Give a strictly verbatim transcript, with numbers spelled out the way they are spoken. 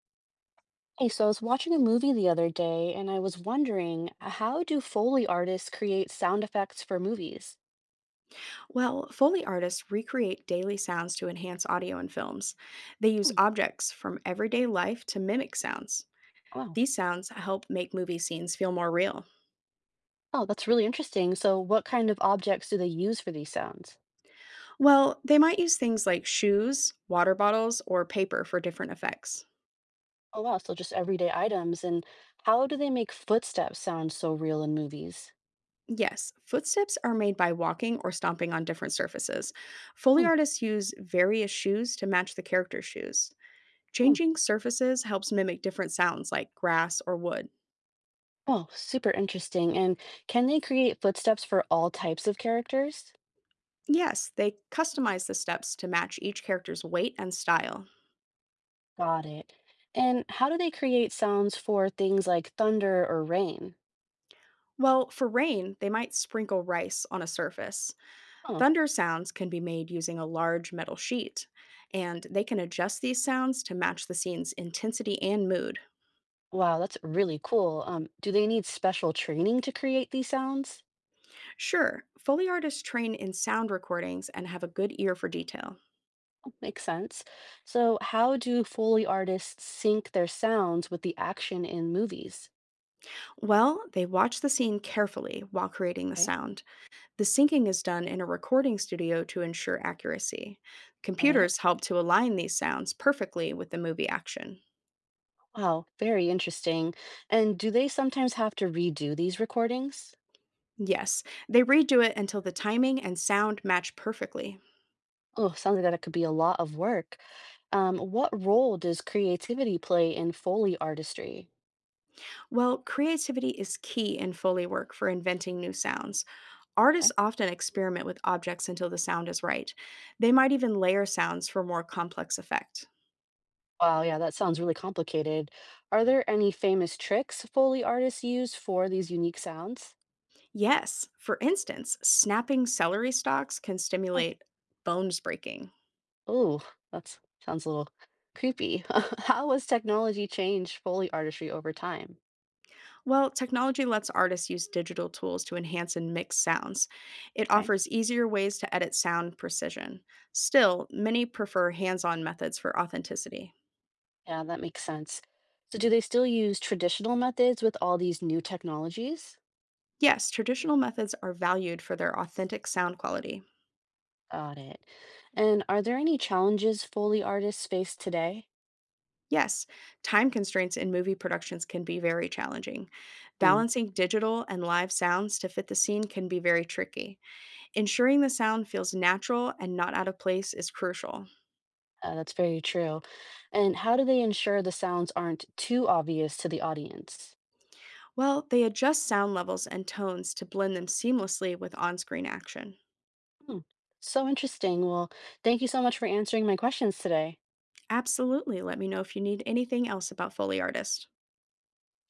Hey, so I was watching a movie the other day and I was wondering, how do Foley artists create sound effects for movies? Well, Foley artists recreate daily sounds to enhance audio in films. They use Hmm, objects from everyday life to mimic sounds. wow. These sounds help make movie scenes feel more real. Oh, that's really interesting. So what kind of objects do they use for these sounds? Well, they might use things like shoes, water bottles, or paper for different effects. Oh, wow. So just everyday items. And how do they make footsteps sound so real in movies? Yes, footsteps are made by walking or stomping on different surfaces. Foley Hmm, artists use various shoes to match the character's shoes. hmm. Changing surfaces helps mimic different sounds like grass or wood. Oh, super interesting. And can they create footsteps for all types of characters? Yes, they customize the steps to match each character's weight and style. Got it. And how do they create sounds for things like thunder or rain? Well, for rain, they might sprinkle rice on a surface. Huh. Thunder sounds can be made using a large metal sheet, and they can adjust these sounds to match the scene's intensity and mood. Wow, that's really cool. Um, do they need special training to create these sounds? Sure, Foley artists train in sound recordings and have a good ear for detail. Oh, makes sense. So, how do Foley artists sync their sounds with the action in movies? Well, they watch the scene carefully while creating the Okay, sound. The syncing is done in a recording studio to ensure accuracy. got it. Computers help to align these sounds perfectly with the movie action. Wow, very interesting. And do they sometimes have to redo these recordings? Yes, they redo it until the timing and sound match perfectly. Oh, sounds like that could be a lot of work. Um, what role does creativity play in Foley artistry? Well, creativity is key in Foley work for inventing new sounds. Artists often experiment with objects until the sound is right. They might even layer sounds for more complex effect. Wow, yeah, that sounds really complicated. Are there any famous tricks Foley artists use for these unique sounds? Yes, for instance, snapping celery stalks can Oh, stimulate bones breaking. ooh, that sounds a little creepy. How has technology changed Foley artistry over time? Well, technology lets artists use digital tools to enhance and mix sounds. It Okay, offers easier ways to edit sound precision. Still, many prefer hands on methods for authenticity. yeah, that makes sense. So, do they still use traditional methods with all these new technologies? Yes, traditional methods are valued for their authentic sound quality. Got it. And are there any challenges Foley artists face today? Yes, time constraints in movie productions can be very challenging. Mm, Balancing digital and live sounds to fit the scene can be very tricky. Ensuring the sound feels natural and not out of place is crucial. uh, that's very true. And how do they ensure the sounds aren't too obvious to the audience? Well, they adjust sound levels and tones to blend them seamlessly with on screen action. Hmm. So interesting. Well, thank you so much for answering my questions today. Absolutely. Let me know if you need anything else about Foley Artist.